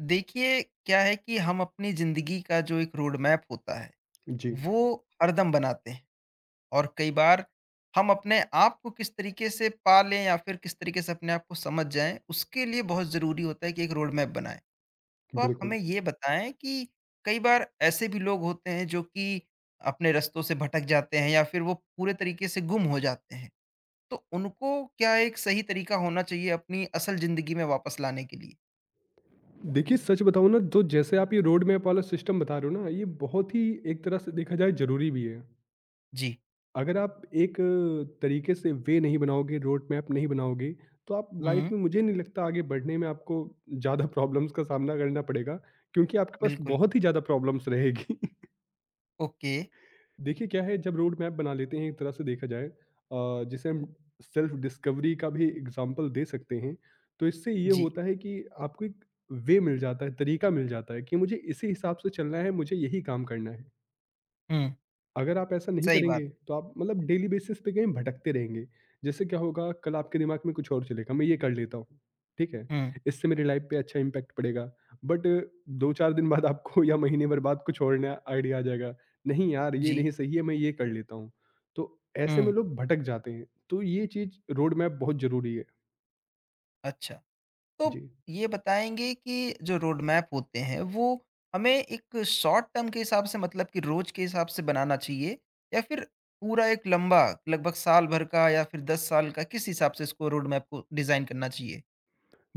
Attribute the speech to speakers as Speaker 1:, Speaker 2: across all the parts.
Speaker 1: देखिए, क्या है कि हम अपनी ज़िंदगी का जो एक रोड मैप होता है,
Speaker 2: जी,
Speaker 1: वो हरदम बनाते हैं और कई बार हम अपने आप को किस तरीके से पालें या फिर किस तरीके से अपने आप को समझ जाएँ, उसके लिए बहुत ज़रूरी होता है कि एक रोड मैप बनाएँ। तो आप हमें
Speaker 2: बिल्कुल।
Speaker 1: ये बताएँ कि कई बार ऐसे भी लोग होते हैं जो कि अपने रास्तों से भटक जाते हैं या फिर वो पूरे तरीके से गुम हो जाते हैं। तो उनको क्या एक सही तरीका होना चाहिए अपनी असल ज़िंदगी में वापस लाने के लिए?
Speaker 2: देखिए, सच बताऊँ ना तो जैसे आप ये रोड मैप वाला सिस्टम बता रहे हो ना, ये बहुत ही एक तरह से देखा जाए ज़रूरी भी है।
Speaker 1: जी।
Speaker 2: अगर आप एक तरीके से वे नहीं बनाओगे, रोड मैप नहीं बनाओगे, तो आप लाइफ
Speaker 1: हुँ,
Speaker 2: में मुझे नहीं लगता आगे बढ़ने में आपको ज़्यादा प्रॉब्लम्स का सामना करना पड़ेगा, क्योंकि आपके पास
Speaker 1: बिल्कुल।
Speaker 2: बहुत ही ज़्यादा प्रॉब्लम्स रहेगी।
Speaker 1: ओके।
Speaker 2: देखिए, क्या है जब रोड मैप बना लेते हैं, एक तरह से देखा जाए जिसे हम सेल्फ डिस्कवरी का भी एग्जाम्पल दे सकते हैं, तो इससे ये
Speaker 1: जी।
Speaker 2: होता है कि आपको एक वे मिल जाता है, तरीका मिल जाता है कि मुझे इसी हिसाब से चलना है, मुझे यही काम करना है।
Speaker 1: हुँ,
Speaker 2: अगर आप ऐसा नहीं
Speaker 1: सही बात
Speaker 2: करेंगे
Speaker 1: है।
Speaker 2: तो आप मतलब डेली बेसिस पे कहीं भटकते रहेंगे। जैसे क्या होगा, कल आपके दिमाग में कुछ और चलेगा, मैं ये कर लेता हूँ, ठीक है?
Speaker 1: हुँ,
Speaker 2: इससे मेरी लाइफ पे अच्छा इम्पैक्ट पड़ेगा। बट 2-4 दिन बाद आपको या महीने भर बाद कुछ और नया आइडिया आ जाएगा। नहीं यार, ये
Speaker 1: जी।
Speaker 2: नहीं सही है, मैं ये कर लेता हूँ। तो ऐसे
Speaker 1: हुँ,
Speaker 2: में लोग भटक जाते हैं। तो ये चीज़ रोड मैप बहुत ज़रूरी है।
Speaker 1: अच्छा। तो
Speaker 2: जी।
Speaker 1: ये बताएँगे कि जो रोड मैप होते हैं, वो हमें एक शॉर्ट टर्म के हिसाब से मतलब कि रोज़ के हिसाब से बनाना चाहिए या फिर पूरा एक लंबा लगभग साल भर का या फिर 10 साल का, किस हिसाब से इसको रोड मैप को डिज़ाइन करना चाहिए?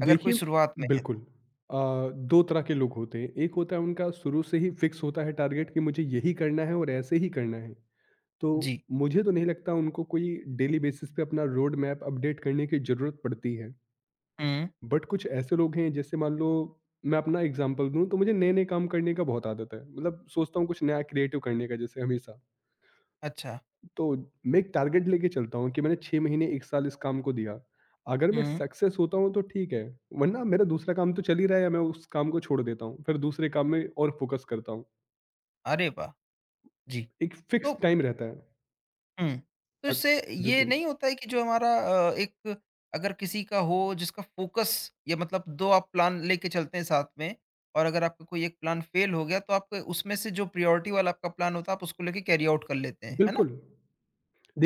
Speaker 1: अगर कोई
Speaker 2: देखिए,
Speaker 1: शुरुआत में है तो?
Speaker 2: बिल्कुल। अ, 2 तरह के लोग होते हैं। एक होता है, उनका शुरू से ही फिक्स होता है टारगेट कि मुझे यही करना है और ऐसे ही करना है। तो
Speaker 1: जी।
Speaker 2: मुझे तो नहीं लगता उनको कोई डेली बेसिस पे अपना रोड मैप अपडेट करने की ज़रूरत पड़ती है।
Speaker 1: हुँ,
Speaker 2: बट कुछ ऐसे लोग हैं, जैसे मान लो, मैं अपना एग्ज़ाम्पल दूँ तो मुझे नए-नए काम करने का बहुत आदत है। मतलब सोचता हूँ कुछ नया क्रिएटिव करने का, जैसे हमेशा।
Speaker 1: अच्छा।
Speaker 2: तो मैं एक टारगेट लेके चलता हूँ कि मैंने 6 महीने 1 साल इस काम को दिया। अगर मैं
Speaker 1: हुँ,
Speaker 2: सक्सेस होता हूँ तो ठीक है, वरना मेरा दूसरा काम तो चल ही रहा है या मैं उस काम को छोड़ देता हूँ। फिर दूसरे काम में और फ़ोकस करता हूँ।
Speaker 1: अरे वाह! जी।
Speaker 2: एक
Speaker 1: तो
Speaker 2: फ़िक्स टाइम रहता है।
Speaker 1: हुँ। तो
Speaker 2: अ,
Speaker 1: इससे ये
Speaker 2: बिल्कुल,
Speaker 1: नहीं होता है कि जो हमारा एक अगर किसी का हो जिसका फ़ोकस या मतलब 2 आप प्लान लेके चलते हैं साथ में और अगर आपका कोई एक प्लान फ़ेल हो गया तो आप उसमें से जो प्रायोरिटी वाला आपका प्लान होता है आप उसको लेके कैरी आउट कर लेते हैं, है ना?
Speaker 2: बिल्कुल।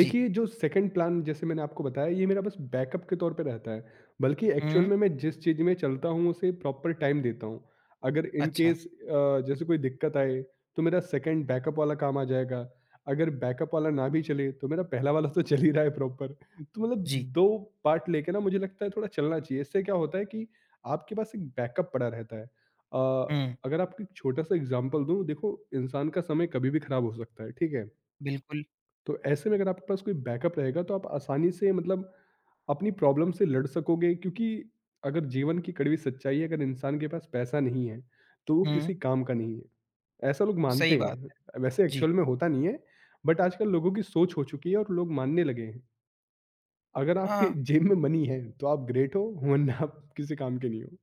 Speaker 1: जी।
Speaker 2: जो सेकंड प्लान जैसे मैंने आपको बताया, ये मेरा बस बैकअप के तौर पे रहता है, बल्कि एक्चुअल
Speaker 1: हुँ,
Speaker 2: में मैं जिस चीज़ में चलता हूँ, उसे प्रॉपर टाइम देता हूँ। अगर इन
Speaker 1: अच्छा।
Speaker 2: केस जैसे कोई दिक्कत आए तो मेरा सेकंड बैकअप वाला काम आ जाएगा, अगर बैकअप वाला ना भी चले तो मेरा पहला वाला तो चल ही रहा है प्रॉपर। तो मतलब
Speaker 1: जी।
Speaker 2: 2 पार्ट लेके ना मुझे लगता है थोड़ा चलना चाहिए। इससे क्या होता है कि आपके पास एक बैकअप पड़ा रहता है।
Speaker 1: हुँ,
Speaker 2: अगर आपको एक छोटा-सा एग्ज़ाम्पल दूँ, देखो इंसान का समय कभी भी खराब हो सकता है, ठीक है?
Speaker 1: बिल्कुल।
Speaker 2: तो ऐसे में अगर आपके पास कोई बैकअप रहेगा तो आप आसानी से मतलब अपनी प्रॉब्लम से लड़ सकोगे, क्योंकि अगर जीवन की कड़वी सच्चाई है, अगर इंसान के पास पैसा नहीं है तो वो
Speaker 1: हुँ,
Speaker 2: किसी काम का नहीं है। ऐसा लोग
Speaker 1: सही
Speaker 2: मानते
Speaker 1: बात है।
Speaker 2: हैं, वैसे
Speaker 1: जी।
Speaker 2: एक्चुअल में होता नहीं है। बट आजकल लोगों की सोच हो चुकी है और लोग मानने लगे हैं, अगर आपके
Speaker 1: हाँ,
Speaker 2: जेब में मनी है तो आप ग्रेट हो, वरना आप किसी काम के नहीं हो।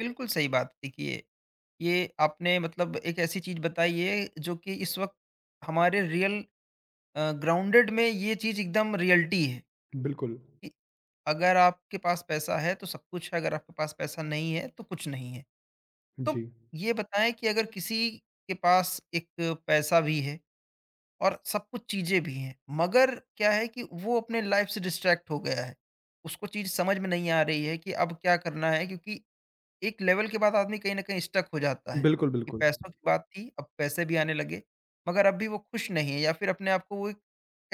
Speaker 1: बिल्कुल सही बात। देखिए, ये आपने मतलब एक ऐसी चीज़ बताई है जो कि इस वक़्त हमारे रियल ग्राउंडेड में ये चीज़ एकदम रियलिटी है।
Speaker 2: बिल्कुल।
Speaker 1: अगर आपके पास पैसा है तो सब कुछ है, अगर आपके पास पैसा नहीं है तो कुछ नहीं है। तो
Speaker 2: जी।
Speaker 1: ये बताएँ कि अगर किसी के पास एक पैसा भी है और सब कुछ चीज़ें भी हैं, मगर क्या है कि वो अपने लाइफ से डिस्ट्रैक्ट हो गया है। उसको चीज़ समझ में नहीं आ रही है कि अब क्या करना है क्योंकि एक लेवल के बाद आदमी कहीं न कहीं स्टक हो जाता है,
Speaker 2: बिल्कुल,
Speaker 1: कि
Speaker 2: बिल्कुल।
Speaker 1: पैसों की बात थी, अब पैसे भी आने लगे, मगर अब भी वो खुश नहीं है या फिर अपने आप को वो एक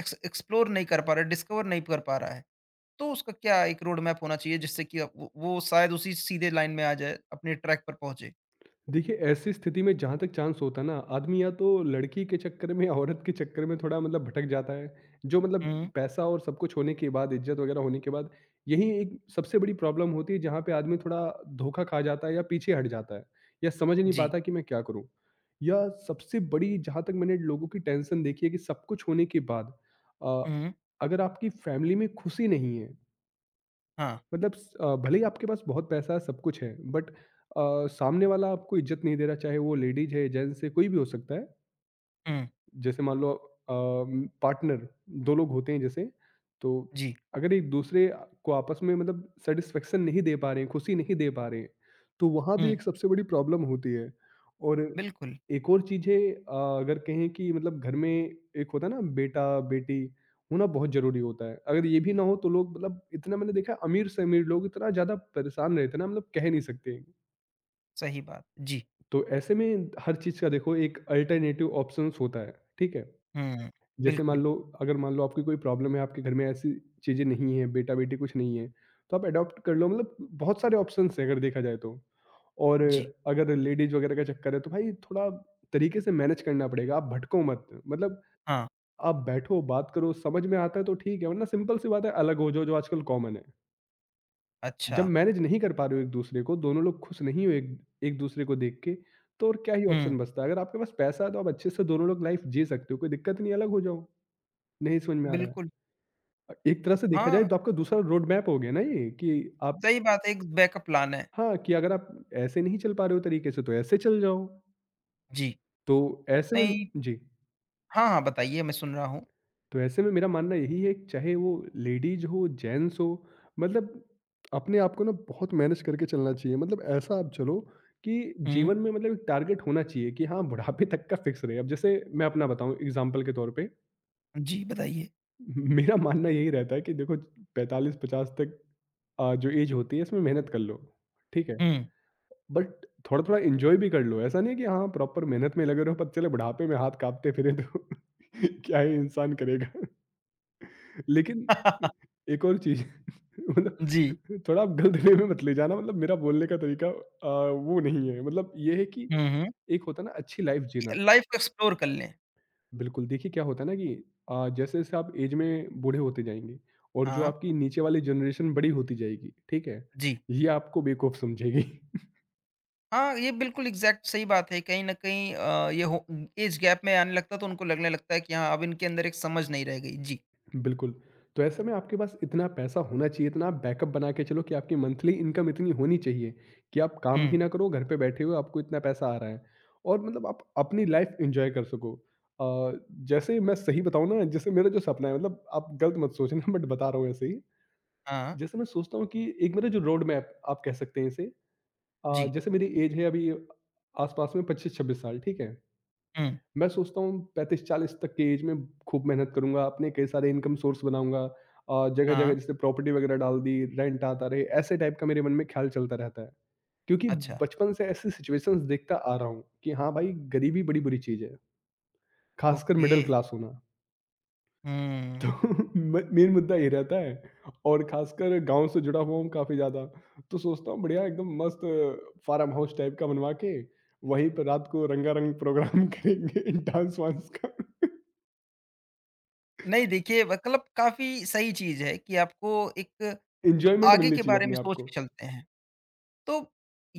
Speaker 1: एक्स एक्सप्लोर नहीं कर पा रहा है, डिस्कवर नहीं कर पा रहा है। तो उसका क्या एक रोड मैप होना चाहिए जिससे कि वो शायद उसी सीधे लाइन में आ जाए, अपने ट्रैक पर पहुँचे।
Speaker 2: देखिए, ऐसी स्थिति में जहाँ तक चांस होता है ना, आदमी या तो लड़की के चक्कर में या औरत के चक्कर में थोड़ा मतलब भटक जाता है। जो
Speaker 1: हुँ।
Speaker 2: मतलब पैसा और सब कुछ होने के बाद, इज़्ज़त वगैरह होने के बाद, यही एक सबसे बड़ी प्रॉब्लम होती है जहाँ पे आदमी थोड़ा धोखा खा जाता है या पीछे हट जाता है या समझ नहीं
Speaker 1: जी।
Speaker 2: पाता कि मैं क्या करूँ? या सबसे बड़ी, जहाँ तक मैंने लोगों की टेंशन देखी है कि सब कुछ होने के बाद, अ,
Speaker 1: हुँ।
Speaker 2: अगर आपकी फैमिली में खुशी नहीं है,
Speaker 1: हाँ।
Speaker 2: मतलब भले ही आपके पास बहुत पैसा है, सब कुछ है, बट सामने वाला आपको इज़्ज़त नहीं दे रहा, चाहे वो लेडीज़ है, जेंट्स है, कोई भी हो सकता है।
Speaker 1: हुँ।
Speaker 2: जैसे मान लो, पार्टनर, दो लोग होते हैं जैसे, तो
Speaker 1: जी।
Speaker 2: अगर एक दूसरे को आपस में मतलब सेटिस्फेक्शन नहीं दे पा रहे हैं, खुशी नहीं दे पा रहे हैं, तो वहाँ
Speaker 1: हुँ।
Speaker 2: भी एक सबसे बड़ी प्रॉब्लम होती है। और
Speaker 1: बिल्कुल,
Speaker 2: एक और चीज़ है, अगर कहें कि मतलब घर में एक होता है ना बेटा, बेटी, होना बहुत ज़रूरी होता है। अगर ये भी ना हो तो लोग मतलब, इतना मैंने देखा है, अमीर से अमीर लोग इतना ज़्यादा परेशान रहते हैं ना, मतलब कह नहीं सकते।
Speaker 1: सही बात। जी।
Speaker 2: तो ऐसे में हर चीज़ का देखो एक अल्टरनेटिव ऑप्शंस होता है, ठीक है?
Speaker 1: हुँ।
Speaker 2: जैसे मान
Speaker 1: बिल्कुल।
Speaker 2: लो, अगर मान लो आपकी कोई प्रॉब्लम है, आपके घर में ऐसी चीज़ें नहीं हैं, बेटा-बेटी कुछ नहीं है, तो आप एडॉप्ट कर लो। मतलब बहुत सारे ऑप्शंस हैं अगर देखा जाए तो। और
Speaker 1: जी।
Speaker 2: अगर लेडीज़ वगैरह का चक्कर है, तो भाई थोड़ा तरीके से मैनेज करना पड़ेगा, आप भटको मत। मतलब
Speaker 1: हाँ,
Speaker 2: आप बैठो, बात करो, समझ में आता है तो ठीक है, वरना सिंपल सी बात है, अलग हो जाओ, जो आजकल कॉमन है।
Speaker 1: अच्छा।
Speaker 2: जब मैनेज नहीं कर पा रहे हो एक-दूसरे को, दोनों लोग खुश नहीं हो एक एक-दूसरे को देख के, तो और क्या ही
Speaker 1: हुँ।
Speaker 2: ऑप्शन बचता है? अगर आपके पास पैसा है तो आप अच्छे से दोनों लोग लाइफ़ जी सकते हो, कोई दिक्कत नहीं, अलग हो जाओ, नहीं समझ में आ रहा है।
Speaker 1: बिल्कुल।
Speaker 2: एक तरह से देखा जाए
Speaker 1: हाँ,
Speaker 2: तो आपका दूसरा रोड मैप हो गया ना, ये कि आप,
Speaker 1: सही बात है एक बैकअप प्लान है।
Speaker 2: हाँ, कि अगर आप ऐसे नहीं चल पा रहे हो तरीके से तो ऐसे चल जाओ।
Speaker 1: जी।
Speaker 2: तो ऐसे में
Speaker 1: नहीं।
Speaker 2: जी,
Speaker 1: हाँ, हाँ, बताइए मैं सुन रहा हूँ।
Speaker 2: तो ऐसे में मेरा मानना यही है कि चाहे वो लेडीज़ हो, जेंट्स हो, मतलब अपने आप को ना बहुत मैनेज करके चलना चाहिए। मतलब ऐसा आप चलो कि
Speaker 1: हुँ।
Speaker 2: जीवन में मतलब एक टारगेट होना चाहिए कि हाँ, बुढ़ापे तक का फिक्स रहे। अब जैसे मैं अपना बताऊँ एग्ज़ाम्पल के तौर पे,
Speaker 1: जी, बताइए।
Speaker 2: मेरा मानना यही रहता है कि देखो 45-50 तक जो ऐज होती है इसमें मेहनत कर लो, ठीक है?
Speaker 1: हुँ।
Speaker 2: बट थोड़ा-थोड़ा एन्जॉय भी कर लो, ऐसा नहीं है कि हाँ, प्रॉपर मेहनत में लगे रहो, पता चले बुढ़ापे में हाथ काँपते फिरें तो क्या ही इंसान करेगा। लेकिन एक और चीज़, मतलब
Speaker 1: जी।
Speaker 2: थोड़ा आप गलत वे में मत ले जाना, मतलब मेरा बोलने का तरीका वो नहीं है, मतलब ये है कि
Speaker 1: हुँ, हुँ।
Speaker 2: एक होता है ना अच्छी लाइफ़ जीना।
Speaker 1: लाइफ़ को एक्सप्लोर कर लें।
Speaker 2: बिल्कुल। देखिए, क्या होता है ना कि जैसे-जैसे आप एज में बूढ़े होते जाएँगे और जो
Speaker 1: हाँ,
Speaker 2: आपकी नीचे वाली जनरेशन बड़ी होती जाएगी, ठीक है?
Speaker 1: जी।
Speaker 2: ये आपको बेवकूफ़ समझेगी।
Speaker 1: हाँ, ये बिल्कुल एग्ज़ैक्ट सही बात है। कहीं न कहीं ये हो ऐज गैप में आने लगता है तो उनको लगने लगता है कि हाँ, अब इनके अंदर एक समझ नहीं रह गई। जी।
Speaker 2: बिल्कुल, तो ऐसे में आपके पास इतना पैसा होना चाहिए, इतना आप बैकअप बना के चलो कि आपकी मंथली इनकम इतनी होनी चाहिए कि आप
Speaker 1: हुँ।
Speaker 2: काम भी ना करो, घर पे बैठे हुए आपको इतना पैसा आ रहा है और मतलब आप अपनी लाइफ़ एन्जॉय कर सको। अ, जैसे मैं सही बताऊँ ना, जैसे मेरा जो सपना है, मतलब आप गलत मत सोचना, बट बता रहा हूँ ऐसे ही।
Speaker 1: हाँ।
Speaker 2: जैसे मैं सोचता हूँ कि एक मेरा जो रोड मैप आप कह सकते हैं इसे,
Speaker 1: जी।
Speaker 2: जैसे मेरी ऐज है अभी आस-पास में 25-26 साल, ठीक है?
Speaker 1: हुँ।
Speaker 2: मैं सोचता हूँ 35-40 तक की एज में खूब मेहनत करूँगा, अपने कई सारे इनकम सोर्स बनाऊँगा,
Speaker 1: हाँ।
Speaker 2: जगह-जगह जैसे प्रॉपर्टी वगैरह डाल दी, रेंट आता रहे, ऐसे टाइप का मेरे मन में ख्याल चलता रहता है। क्योंकि
Speaker 1: अच्छा।
Speaker 2: बचपन से ऐसी सिचुएशंस देखता आ रहा हूँ कि हाँ भाई, गरीबी बड़ी बुरी चीज़ है, खासकर
Speaker 1: ओके।
Speaker 2: मिडल क्लास होना।
Speaker 1: हुँ।
Speaker 2: तो म मेन मुद्दा ये रहता है, और खासकर गाँव से जुड़ा हुआ हूँ काफ़ी ज़्यादा, तो सोचता हूँ बढ़िया एकदम मस्त फार्म हाउस टाइप का बनवा के, वहीं पे रात को रंगारंग प्रोग्राम करेंगे डांस वांस का।
Speaker 1: नहीं देखिए, मतलब काफ़ी सही चीज़ है कि आपको एक
Speaker 2: एन्जॉयमेंट
Speaker 1: आगे
Speaker 2: मिलनी
Speaker 1: के
Speaker 2: चाहिए
Speaker 1: बारे में
Speaker 2: अपने आप
Speaker 1: सोच
Speaker 2: को।
Speaker 1: के चलते हैं। तो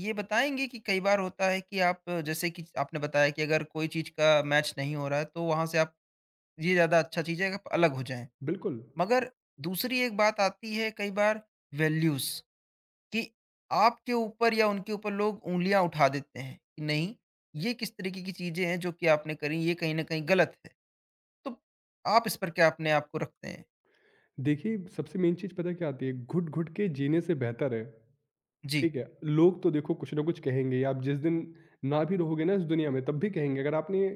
Speaker 1: ये बताएँगे कि कई बार होता है कि आप जैसे कि आपने बताया कि अगर कोई चीज़ का मैच नहीं हो रहा है तो वहाँ से आप ये ज़्यादा अच्छा चीज़ है कि आप अलग हो जाएँ।
Speaker 2: बिल्कुल।
Speaker 1: मगर दूसरी एक बात आती है कई बार वैल्यूज कि आपके ऊपर या उनके ऊपर लोग उंगलियां उठा देते हैं कि नहीं ये किस तरीके की चीजें हैं जो कि आपने करी ये कहीं ना कहीं गलत है, तो आप इस पर क्या अपने आप को रखते हैं?
Speaker 2: देखिए, सबसे मेन चीज़ पता है क्या आती है? घुट-घुट के जीने से बेहतर है,
Speaker 1: जी।
Speaker 2: ठीक है? लोग तो देखो कुछ ना कुछ कहेंगे, आप जिस दिन ना भी रहोगे ना इस दुनिया में, तब भी कहेंगे। अगर आपने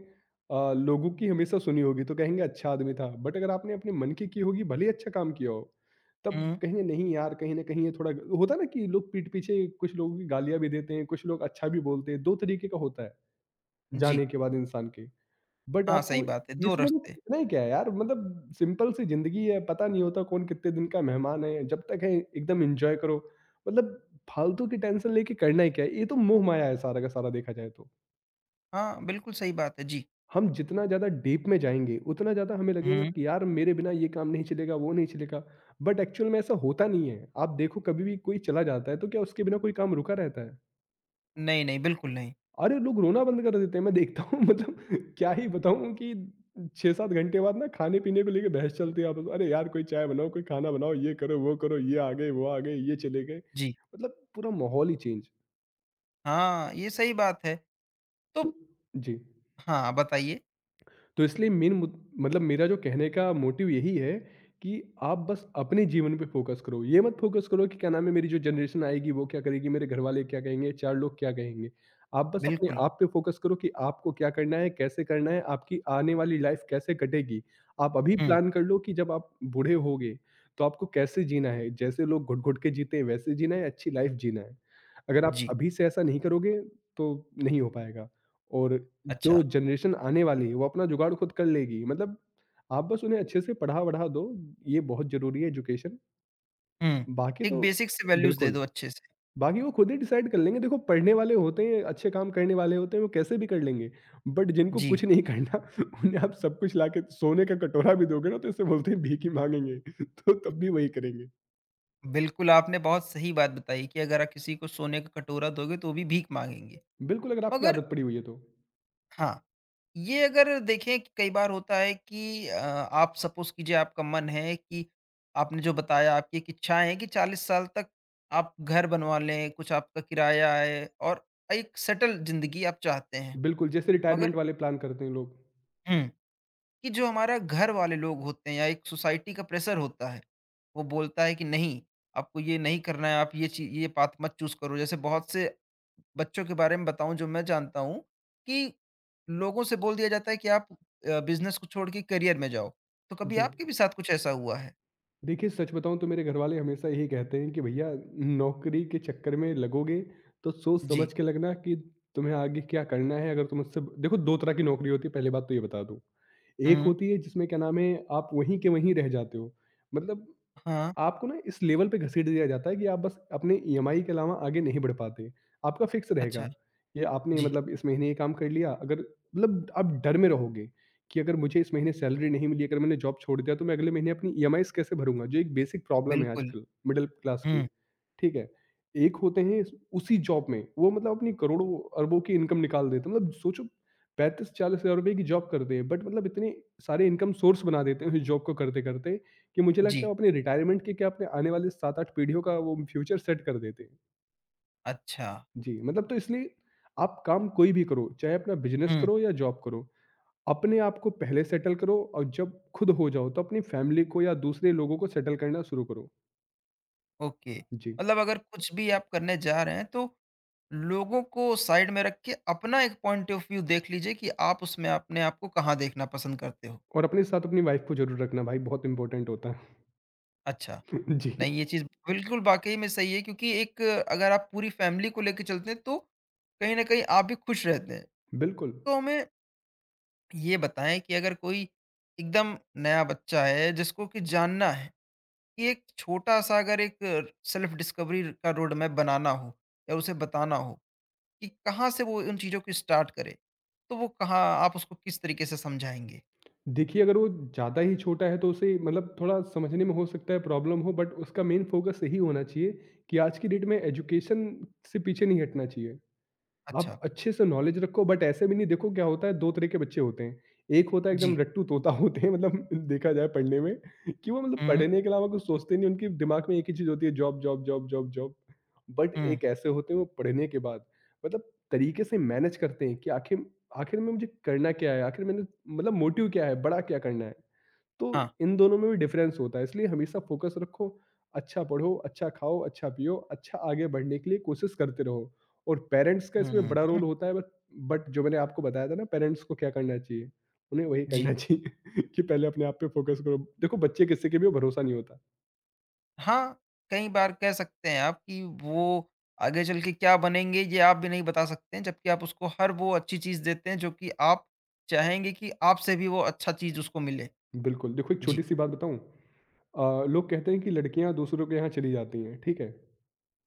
Speaker 2: लोगों की हमेशा सुनी होगी, तो कहेंगे, "अच्छा आदमी था।" बट अगर आपने अपने मन की होगी, भले ही अच्छा काम किया हो, तब
Speaker 1: हम्म।
Speaker 2: कहेंगे, "नहीं यार, कहीं न कहीं ये थोड़ा" होता है ना कि लोग पीठ पीछे कुछ लोगों की गालियाँ भी देते हैं, कुछ लोग अच्छा भी बोलते हैं। 2 तरीके का होता है,
Speaker 1: जी।
Speaker 2: जाने के बाद इंसान के। बट
Speaker 1: हाँ, सही
Speaker 2: आपको
Speaker 1: बात है,
Speaker 2: ये
Speaker 1: दो
Speaker 2: समझ में,
Speaker 1: रास्ते।
Speaker 2: इतना ही क्या है यार, मतलब सिंपल सी ज़िंदगी है, पता नहीं होता कौन कितने दिन का मेहमान है, जब तक है एकदम एन्जॉय करो। मतलब फालतू की टेंशन लेके करना ही क्या है, ये तो मोह-माया है सारा का सारा देखा जाए तो।
Speaker 1: हाँ, बिल्कुल सही बात है जी।
Speaker 2: हम जितना ज़्यादा डीप में जाएँगे, उतना ज़्यादा हमें लगेगा
Speaker 1: हम्म।
Speaker 2: कि यार मेरे बिना ये काम नहीं चलेगा, वो नहीं चलेगा, बट एक्चुअल में ऐसा होता नहीं है। आप देखो कभी भी कोई चला जाता है, तो क्या उसके बिना कोई काम रुका रहता है?
Speaker 1: नहीं नहीं, बिल्कुल नहीं।
Speaker 2: अरे! लोग रोना बंद कर देते हैं, मैं देखता हूँ मतलब क्या ही बताऊँ कि 6-7 घंटे बाद ना खाने-पीने को लेके बहस चलती है आपस में, "अरे यार! कोई चाय बनाओ, कोई खाना बनाओ, ये करो, वो करो, ये आ गए, वो आ गए, ये चले गए।"
Speaker 1: जी।
Speaker 2: मतलब पूरा माहौल ही चेंज।
Speaker 1: हाँ, ये सही बात है। तो
Speaker 2: तो जी।
Speaker 1: हाँ, बताइए।
Speaker 2: तो इसलिए मेन मुद मतलब मेरा जो कहने का मोटिव यही है कि आप बस अपने जीवन पे फ़ोकस करो। ये मत फ़ोकस करो कि क्या नाम है मेरी जो जनरेशन आएगी वो क्या करेगी, मेरे घरवाले क्या कहेंगे, 4 लोग क्या कहेंगे। आप बस अपने
Speaker 1: बिल्कुल।
Speaker 2: आप पे फ़ोकस करो कि आपको क्या करना है, कैसे करना है, आपकी आने वाली लाइफ़ कैसे कटेगी। आप अभी
Speaker 1: हम्म।
Speaker 2: प्लान कर लो कि जब आप बूढ़े होगे तो आपको कैसे जीना है। जैसे लोग घुट-घुट के जीते हैं वैसे जीना है, अच्छी लाइफ़ जीना है। अगर आप
Speaker 1: जी।
Speaker 2: अभी से ऐसा नहीं करोगे तो नहीं हो पाएगा। और
Speaker 1: अच्छा।
Speaker 2: जो जनरेशन आने वाली है वो अपना जुगाड़ खुद कर लेगी मतलब आप बस उन्हें अच्छे से पढ़ा-वढ़ा दो, ये बहुत ज़रूरी है एजुकेशन।
Speaker 1: हम्म।
Speaker 2: बाकी तो
Speaker 1: एक बेसिक से वैल्यूज दे
Speaker 2: बिल्कुल,
Speaker 1: दो अच्छे से।
Speaker 2: बाकी वो खुद ही डिसाइड कर लेंगे। देखो पढ़ने वाले होते हैं, अच्छे काम करने वाले होते हैं, वो कैसे भी कर लेंगे। बट जिनको
Speaker 1: जी।
Speaker 2: कुछ नहीं करना उन्हें आप सब कुछ लाके सोने का कटोरा भी दोगे ना तो ऐसे बोलते हैं भीख ही माँगेंगे तो तब भी वही करेंगे।
Speaker 1: बिल्कुल, आपने बहुत सही बात बताई कि अगर आप किसी को सोने का कटोरा दोगे तो वो भी भीख माँगेंगे।
Speaker 2: बिल्कुल, अगर आपकी
Speaker 1: मगर
Speaker 2: आदत पड़ी हुई है तो।
Speaker 1: हाँ, ये अगर देखें कि कई बार होता है कि आप सपोज़ कीजिए आपका मन है कि आपने जो बताया आपकी एक इच्छाएँ हैं कि 40 साल तक आप घर बनवा लें, कुछ आपका किराया आए और एक सेटल ज़िंदगी आप चाहते हैं।
Speaker 2: बिल्कुल, जैसे
Speaker 1: मगर,
Speaker 2: रिटायरमेंट वाले प्लान करते हैं लोग।
Speaker 1: हुँ। कि जो हमारा घर वाले लोग होते हैं या एक सोसाइटी का प्रेशर होता है, वो बोलता है कि नहीं, आपको ये नहीं करना है, आप ये चीज ये पाथ मत चूज करो। जैसे बहुत से बच्चों के बारे में बताऊं जो मैं जानता हूं कि लोगों से बोल दिया जाता है कि आप बिजनेस को छोड़ के करियर में जाओ। तो कभी
Speaker 2: जी।
Speaker 1: आपके भी साथ कुछ ऐसा हुआ है?
Speaker 2: देखिए, सच बताऊँ तो मेरे घरवाले हमेशा यही कहते हैं कि भैया नौकरी के चक्कर में लगोगे तो सोच
Speaker 1: जी।
Speaker 2: समझ के लगना कि तुम्हें आगे क्या करना है। अगर तुम उससे देखो 2 तरह की नौकरी होती है, पहली बात तो ये बता दूँ। एक
Speaker 1: हम्म।
Speaker 2: होती है जिसमें क्या नाम है आप वहीं के वहीं रह जाते हो। मतलब
Speaker 1: हाँ।
Speaker 2: आपको ना इस लेवल पे घसीट दिया जाता है कि आप बस अपने ईएमआई के अलावा आगे नहीं बढ़ पाते। आपका फिक्स रहेगा,
Speaker 1: अच्छा।
Speaker 2: ये आपने
Speaker 1: जी।
Speaker 2: मतलब इस महीने ये काम कर लिया, अगर मतलब आप डर में रहोगे कि अगर मुझे इस महीने सैलरी नहीं मिली, अगर मैंने जॉब छोड़ दिया तो मैं अगले महीने अपनी ईएमआईज़ कैसे भरूँगा? जो एक बेसिक प्रॉब्लम है
Speaker 1: बिल्कुल।
Speaker 2: आजकल मिडल क्लास की।
Speaker 1: हम्म।
Speaker 2: ठीक है? एक होते हैं इस उसी जॉब में, वो मतलब अपनी करोड़ों अरबों की इनकम निकाल देते हैं। मतलब सोचो 35-40 हज़ार रुपए की जॉब करते हैं बट मतलब इतने सारे इनकम सोर्स बना देते हैं उस जॉब को करते-करते कि मुझे लगता
Speaker 1: जी।
Speaker 2: है अपने रिटायरमेंट के क्या अपने आने वाले 7-8 पीढ़ियों का वो फ्यूचर सेट कर देते हैं।
Speaker 1: अच्छा।
Speaker 2: जी, मतलब तो इसलिए आप काम कोई भी करो, चाहे अपना बिज़नेस करो या जॉब करो, अपने आप को पहले सेटल करो और जब खुद हो जाओ तो अपनी फैमिली को या दूसरे लोगों को सेटल करना शुरू करो।
Speaker 1: ओके।
Speaker 2: जी,
Speaker 1: मतलब अगर कुछ भी आप करने जा रहे हैं तो लोगों को साइड में रख के अपना एक पॉइंट ऑफ व्यू देख लीजिए कि आप उसमें अपने आप को कहाँ देखना पसंद करते हो।
Speaker 2: और अपने साथ अपनी वाइफ को ज़रूर रखना भाई, बहुत इम्पोर्टेंट होता है।
Speaker 1: अच्छा,
Speaker 2: जी,
Speaker 1: नहीं ये चीज़ बिल्कुल वाक़ई में सही है क्योंकि एक अगर आप पूरी फैमिली को लेके चलते हैं तो कहीं न कहीं आप भी खुश रहते हैं।
Speaker 2: बिल्कुल।
Speaker 1: तो हमें ये बताएँ कि अगर कोई एकदम नया बच्चा है जिसको कि जानना है कि एक छोटा-सा अगर एक सेल्फ डिस्कवरी का रोड मैप बनाना हो या उसे बताना हो कि कहाँ से वो उन चीज़ों को स्टार्ट करे? तो वो कहाँ आप उसको किस तरीके से समझाएँगे?
Speaker 2: देखिए अगर वो ज़्यादा ही छोटा है तो उसे मतलब थोड़ा समझने में हो सकता है प्रॉब्लम हो, बट उसका मेन फ़ोकस यही होना चाहिए कि आज की डेट में एजुकेशन से पीछे नहीं हटना चाहिए।
Speaker 1: अच्छा,
Speaker 2: आप अच्छे से नॉलेज रखो, बट ऐसे भी नहीं। देखो क्या होता है, 2 तरह के बच्चे होते हैं। एक होता है एकदम
Speaker 1: जी।
Speaker 2: रट्टू तोता होते हैं मतलब देखा जाए पढ़ने में कि वो मतलब
Speaker 1: हुँ,
Speaker 2: पढ़ने के अलावा कुछ सोचते नहीं, उनके दिमाग में एक ही चीज़ होती है job, job, job, job, job. But
Speaker 1: हुँ,
Speaker 2: एक ऐसे होते हैं वो पढ़ने के बाद मतलब तरीके से मैनेज करते हैं कि आखिर आखिर में मुझे करना क्या है? आखिर मैंने मतलब मोटिव क्या है? बड़ा क्या करना है? तो
Speaker 1: हाँ।
Speaker 2: इन दोनों में भी डिफरेंस होता है, इसलिए हमेशा फ़ोकस रखो, अच्छा पढ़ो, अच्छा खाओ, अच्छा पियो, अच्छा आगे बढ़ने के लिए कोशिश करते रहो। और पेरेंट्स का इसमें
Speaker 1: हुँ,
Speaker 2: बड़ा
Speaker 1: हुँ,
Speaker 2: रोल होता है। बट जो मैंने आपको बताया था ना पेरेंट्स को क्या करना चाहिए, उन्हें वही
Speaker 1: जी।
Speaker 2: करना चाहिए कि पहले अपने आप पे फ़ोकस करो। देखो बच्चे किसी के भी भरोसा नहीं होता।
Speaker 1: हाँ, कई बार कह सकते हैं आप कि वो आगे चल के क्या बनेंगे ये आप भी नहीं बता सकते हैं, जबकि आप उसको हर वो अच्छी चीज़ देते हैं जो कि आप चाहेंगे कि आपसे भी वो अच्छा चीज़ उसको मिले।
Speaker 2: बिल्कुल। देखो एक
Speaker 1: जी।
Speaker 2: छोटी-सी बात बताऊँ? लोग कहते हैं कि लड़कियाँ दूसरों के यहाँ चली जाती हैं, ठीक है?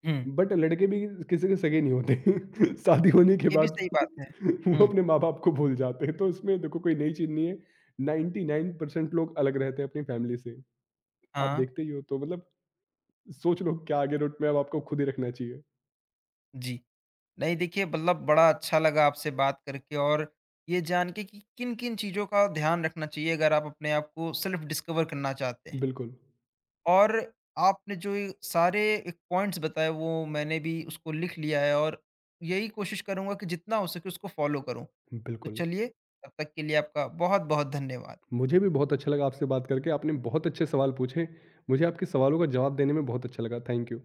Speaker 1: हुँ,
Speaker 2: बट लड़के भी किसी के सगे नहीं होते शादी होने के
Speaker 1: ये भी
Speaker 2: बाद
Speaker 1: सही बात है।
Speaker 2: वो
Speaker 1: हुँ,
Speaker 2: अपने माँ-बाप को भूल जाते हैं, तो इसमें देखो कोई नई चीज़ नहीं है। 99% लोग अलग रहते हैं अपनी फैमिली से। आप
Speaker 1: हाँ,
Speaker 2: देखते ही हो तो मतलब सोच लो क्या आगे रूट में अब आपको खुद ही रखना चाहिए।
Speaker 1: जी। नहीं देखिए मतलब बड़ा अच्छा लगा आपसे बात करके और ये जान के कि किन किन चीज़ों का ध्यान रखना चाहिए अगर आप अपने आप को सेल्फ डिस्कवर करना चाहते हैं,
Speaker 2: बिल्कुल,
Speaker 1: और आपने जो ये सारे एक पॉइंट्स बताए वो मैंने भी उसको लिख लिया है और यही कोशिश करूंगा कि जितना हो सके उसको फॉलो करूं। तो
Speaker 2: बिल्कुल।
Speaker 1: चलिए तब तक के लिए आपका बहुत बहुत धन्यवाद।
Speaker 2: मुझे भी बहुत अच्छा लगा आपसे बात करके, आपने बहुत अच्छे सवाल पूछे। मुझे आपके सवालों का जवाब देने में बहुत अच्छा लगा। Thank you.